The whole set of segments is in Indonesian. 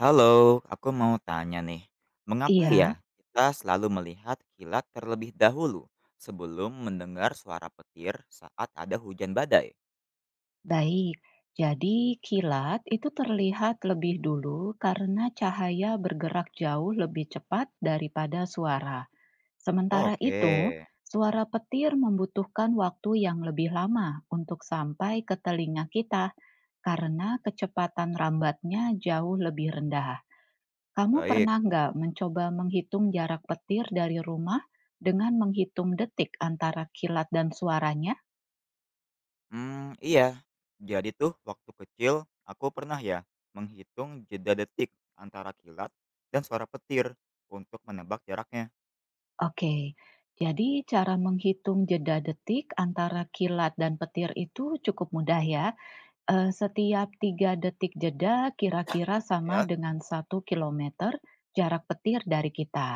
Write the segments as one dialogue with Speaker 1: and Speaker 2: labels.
Speaker 1: Halo, aku mau tanya nih, mengapa ya
Speaker 2: Iya,
Speaker 1: kita selalu melihat kilat terlebih dahulu sebelum mendengar suara petir saat ada hujan badai?
Speaker 2: baik. Jadi kilat itu terlihat lebih dulu karena cahaya bergerak jauh lebih cepat daripada suara. Sementara
Speaker 1: Oke,
Speaker 2: itu, suara petir membutuhkan waktu yang lebih lama untuk sampai ke telinga kita karena kecepatan rambatnya jauh lebih rendah. Kamu
Speaker 1: baik.
Speaker 2: pernah nggak mencoba menghitung jarak petir dari rumah dengan menghitung detik antara kilat dan suaranya?
Speaker 1: Hmm, iya. Jadi tuh waktu kecil aku pernah ya menghitung jeda detik antara kilat dan suara petir untuk menebak jaraknya.
Speaker 2: Oke, jadi cara menghitung jeda detik antara kilat dan petir itu cukup mudah ya. Setiap 3 detik jeda kira-kira sama
Speaker 1: Ya.
Speaker 2: dengan 1 kilometer jarak petir dari kita.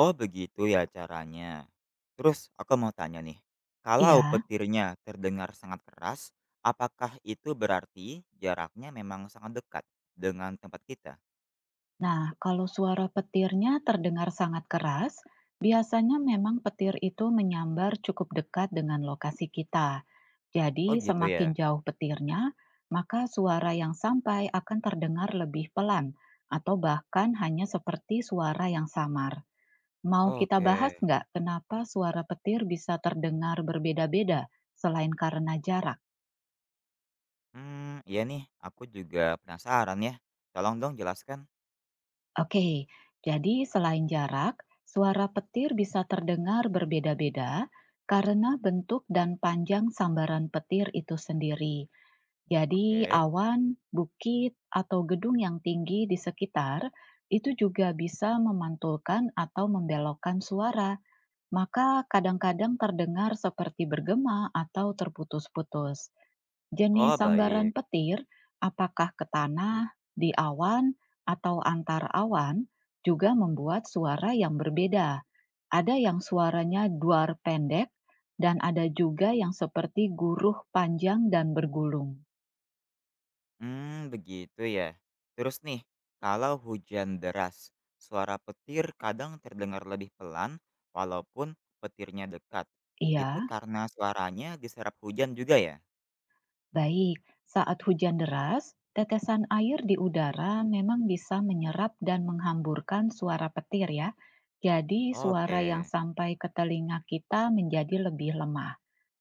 Speaker 1: Oh, begitu ya caranya. Terus aku mau tanya nih, kalau
Speaker 2: Iya.
Speaker 1: petirnya terdengar sangat keras, apakah itu berarti jaraknya memang sangat dekat dengan tempat kita?
Speaker 2: Nah, kalau suara petirnya terdengar sangat keras, biasanya memang petir itu menyambar cukup dekat dengan lokasi kita. Jadi,
Speaker 1: Oh, gitu
Speaker 2: semakin
Speaker 1: ya.
Speaker 2: jauh petirnya, maka suara yang sampai akan terdengar lebih pelan atau bahkan hanya seperti suara yang samar. Mau kita bahas
Speaker 1: Oke.
Speaker 2: nggak kenapa suara petir bisa terdengar berbeda-beda selain karena jarak?
Speaker 1: Hmm, iya nih, aku juga penasaran ya. Tolong dong jelaskan.
Speaker 2: Oke, jadi selain jarak, suara petir bisa terdengar berbeda-beda karena bentuk dan panjang sambaran petir itu sendiri. Jadi,
Speaker 1: Oke.
Speaker 2: awan, bukit, atau gedung yang tinggi di sekitar itu juga bisa memantulkan atau membelokkan suara, maka kadang-kadang terdengar seperti bergema atau terputus-putus. Jenis
Speaker 1: Oh,
Speaker 2: sambaran
Speaker 1: baik.
Speaker 2: petir, apakah ke tanah, di awan, atau antar awan, juga membuat suara yang berbeda. Ada yang suaranya duar pendek, dan ada juga yang seperti guruh panjang dan bergulung.
Speaker 1: Hmm, begitu ya. Terus nih, kalau hujan deras, suara petir kadang terdengar lebih pelan walaupun petirnya dekat. Itu
Speaker 2: Iya,
Speaker 1: karena suaranya diserap hujan juga ya?
Speaker 2: baik. Saat hujan deras, tetesan air di udara memang bisa menyerap dan menghamburkan suara petir ya. Jadi suara yang
Speaker 1: Oke.
Speaker 2: sampai ke telinga kita menjadi lebih lemah.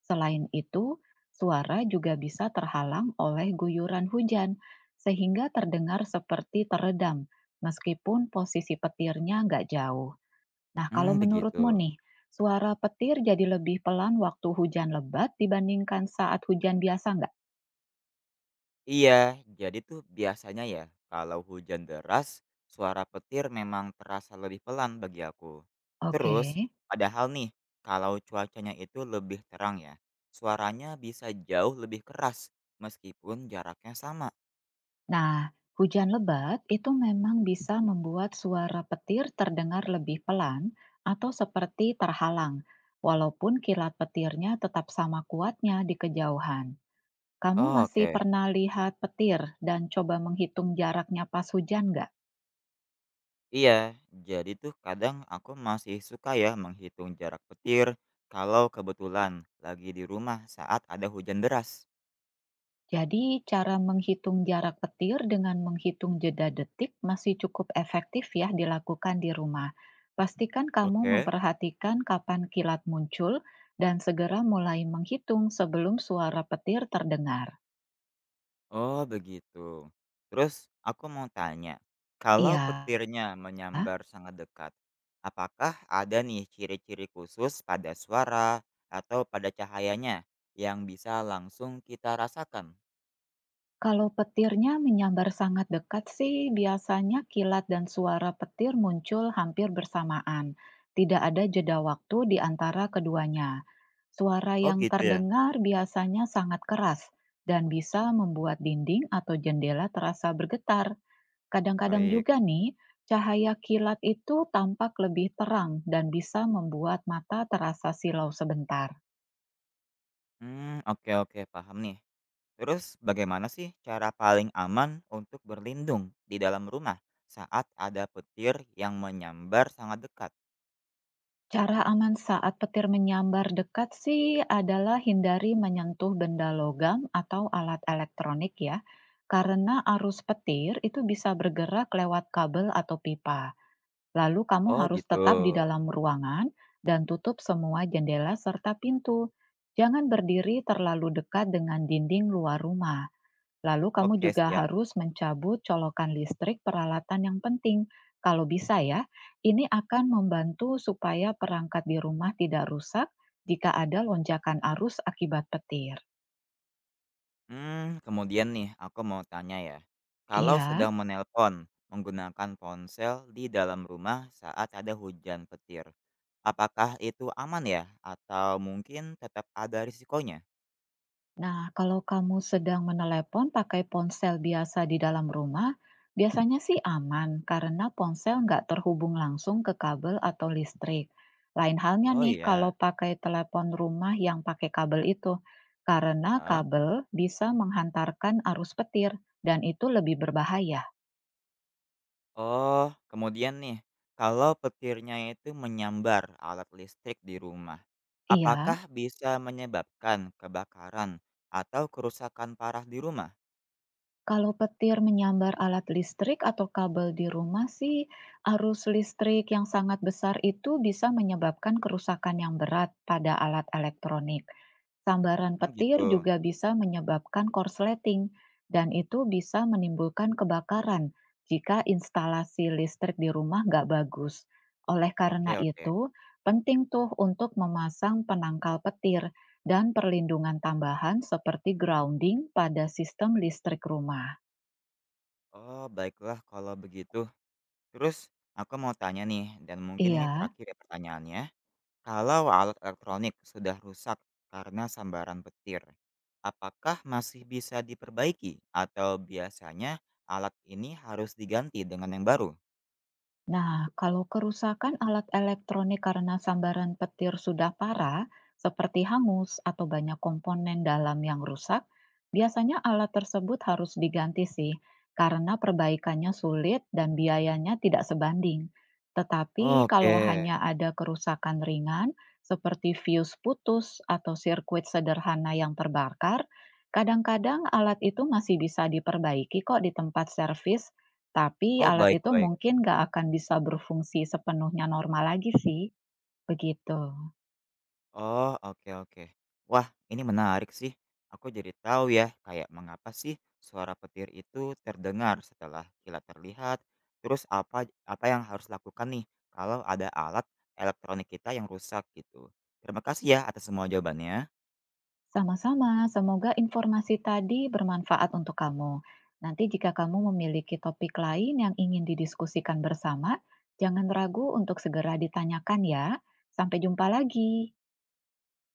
Speaker 2: Selain itu, suara juga bisa terhalang oleh guyuran hujan, sehingga terdengar seperti teredam, meskipun posisi petirnya nggak jauh. Nah, kalau
Speaker 1: Hmm,
Speaker 2: menurutmu
Speaker 1: begitu.
Speaker 2: nih, suara petir jadi lebih pelan waktu hujan lebat dibandingkan saat hujan biasa nggak?
Speaker 1: Iya, jadi tuh biasanya ya, kalau hujan deras, suara petir memang terasa lebih pelan bagi aku.
Speaker 2: Oke.
Speaker 1: Terus, padahal nih, kalau cuacanya itu lebih terang ya, suaranya bisa jauh lebih keras, meskipun jaraknya sama.
Speaker 2: Nah, hujan lebat itu memang bisa membuat suara petir terdengar lebih pelan atau seperti terhalang, walaupun kilat petirnya tetap sama kuatnya di kejauhan. Kamu
Speaker 1: Oh,
Speaker 2: masih
Speaker 1: oke,
Speaker 2: pernah lihat petir dan coba menghitung jaraknya pas hujan nggak?
Speaker 1: iya, jadi tuh kadang aku masih suka ya menghitung jarak petir kalau kebetulan lagi di rumah saat ada hujan deras.
Speaker 2: Jadi, cara menghitung jarak petir dengan menghitung jeda detik masih cukup efektif ya dilakukan di rumah. Pastikan kamu
Speaker 1: Oke.
Speaker 2: memperhatikan kapan kilat muncul dan segera mulai menghitung sebelum suara petir terdengar.
Speaker 1: Oh, begitu. Terus aku mau tanya, kalau
Speaker 2: Iya.
Speaker 1: petirnya menyambar sangat dekat, apakah ada nih ciri-ciri khusus pada suara atau pada cahayanya yang bisa langsung kita rasakan?
Speaker 2: Kalau petirnya menyambar sangat dekat sih, biasanya kilat dan suara petir muncul hampir bersamaan. Tidak ada jeda waktu di antara keduanya. Suara
Speaker 1: Oh,
Speaker 2: yang
Speaker 1: gitu ya?
Speaker 2: terdengar biasanya sangat keras dan bisa membuat dinding atau jendela terasa bergetar. Kadang-kadang
Speaker 1: Baik.
Speaker 2: juga nih, cahaya kilat itu tampak lebih terang dan bisa membuat mata terasa silau sebentar.
Speaker 1: Hmm, oke, oke, paham nih. Terus bagaimana sih cara paling aman untuk berlindung di dalam rumah saat ada petir yang menyambar sangat dekat?
Speaker 2: Cara aman saat petir menyambar dekat sih adalah hindari menyentuh benda logam atau alat elektronik ya, karena arus petir itu bisa bergerak lewat kabel atau pipa. Lalu kamu
Speaker 1: Oh,
Speaker 2: harus
Speaker 1: gitu.
Speaker 2: tetap di dalam ruangan dan tutup semua jendela serta pintu. Jangan berdiri terlalu dekat dengan dinding luar rumah. Lalu kamu
Speaker 1: Oke,
Speaker 2: juga
Speaker 1: siap.
Speaker 2: harus mencabut colokan listrik peralatan yang penting. Kalau bisa ya, ini akan membantu supaya perangkat di rumah tidak rusak jika ada lonjakan arus akibat petir.
Speaker 1: Kemudian nih aku mau tanya ya, kalau sedang
Speaker 2: Iya.
Speaker 1: menelpon menggunakan ponsel di dalam rumah saat ada hujan petir, apakah itu aman ya? Atau mungkin tetap ada risikonya?
Speaker 2: Nah, kalau kamu sedang menelepon pakai ponsel biasa di dalam rumah, biasanya sih aman karena ponsel nggak terhubung langsung ke kabel atau listrik. Lain halnya
Speaker 1: Oh,
Speaker 2: nih kalau
Speaker 1: iya,
Speaker 2: pakai telepon rumah yang pakai kabel itu, karena
Speaker 1: heeh.
Speaker 2: kabel bisa menghantarkan arus petir dan itu lebih berbahaya.
Speaker 1: Oh, kemudian nih, kalau petirnya itu menyambar alat listrik di rumah,
Speaker 2: Iya.
Speaker 1: apakah bisa menyebabkan kebakaran atau kerusakan parah di rumah?
Speaker 2: Kalau petir menyambar alat listrik atau kabel di rumah sih, arus listrik yang sangat besar itu bisa menyebabkan kerusakan yang berat pada alat elektronik. Sambaran petir
Speaker 1: Gitu.
Speaker 2: juga bisa menyebabkan korsleting, dan itu bisa menimbulkan kebakaran jika instalasi listrik di rumah nggak bagus. Oleh karena
Speaker 1: Oke, oke.
Speaker 2: itu, penting tuh untuk memasang penangkal petir dan perlindungan tambahan seperti grounding pada sistem listrik rumah.
Speaker 1: Oh, baiklah kalau begitu. Terus aku mau tanya nih, dan mungkin ini
Speaker 2: Iya.
Speaker 1: terakhir ya pertanyaannya. Kalau alat elektronik sudah rusak karena sambaran petir, apakah masih bisa diperbaiki atau biasanya alat ini harus diganti dengan yang baru?
Speaker 2: Nah, kalau kerusakan alat elektronik karena sambaran petir sudah parah, seperti hangus atau banyak komponen dalam yang rusak, biasanya alat tersebut harus diganti sih, karena perbaikannya sulit dan biayanya tidak sebanding. Tetapi kalau
Speaker 1: Oke.
Speaker 2: hanya ada kerusakan ringan, seperti fuse putus atau sirkuit sederhana yang terbakar, kadang-kadang alat itu masih bisa diperbaiki kok di tempat servis. Tapi
Speaker 1: Oh,
Speaker 2: alat itu
Speaker 1: baik-baik.
Speaker 2: mungkin nggak akan bisa berfungsi sepenuhnya normal lagi sih, begitu.
Speaker 1: Oh, oke, oke. Wah, ini menarik sih. Aku jadi tahu ya, kayak mengapa sih suara petir itu terdengar setelah kilat terlihat. Terus apa apa yang harus lakukan nih kalau ada alat elektronik kita yang rusak gitu. Terima kasih ya atas semua jawabannya.
Speaker 2: Sama-sama, semoga informasi tadi bermanfaat untuk kamu. Nanti jika kamu memiliki topik lain yang ingin didiskusikan bersama, jangan ragu untuk segera ditanyakan ya. Sampai jumpa lagi.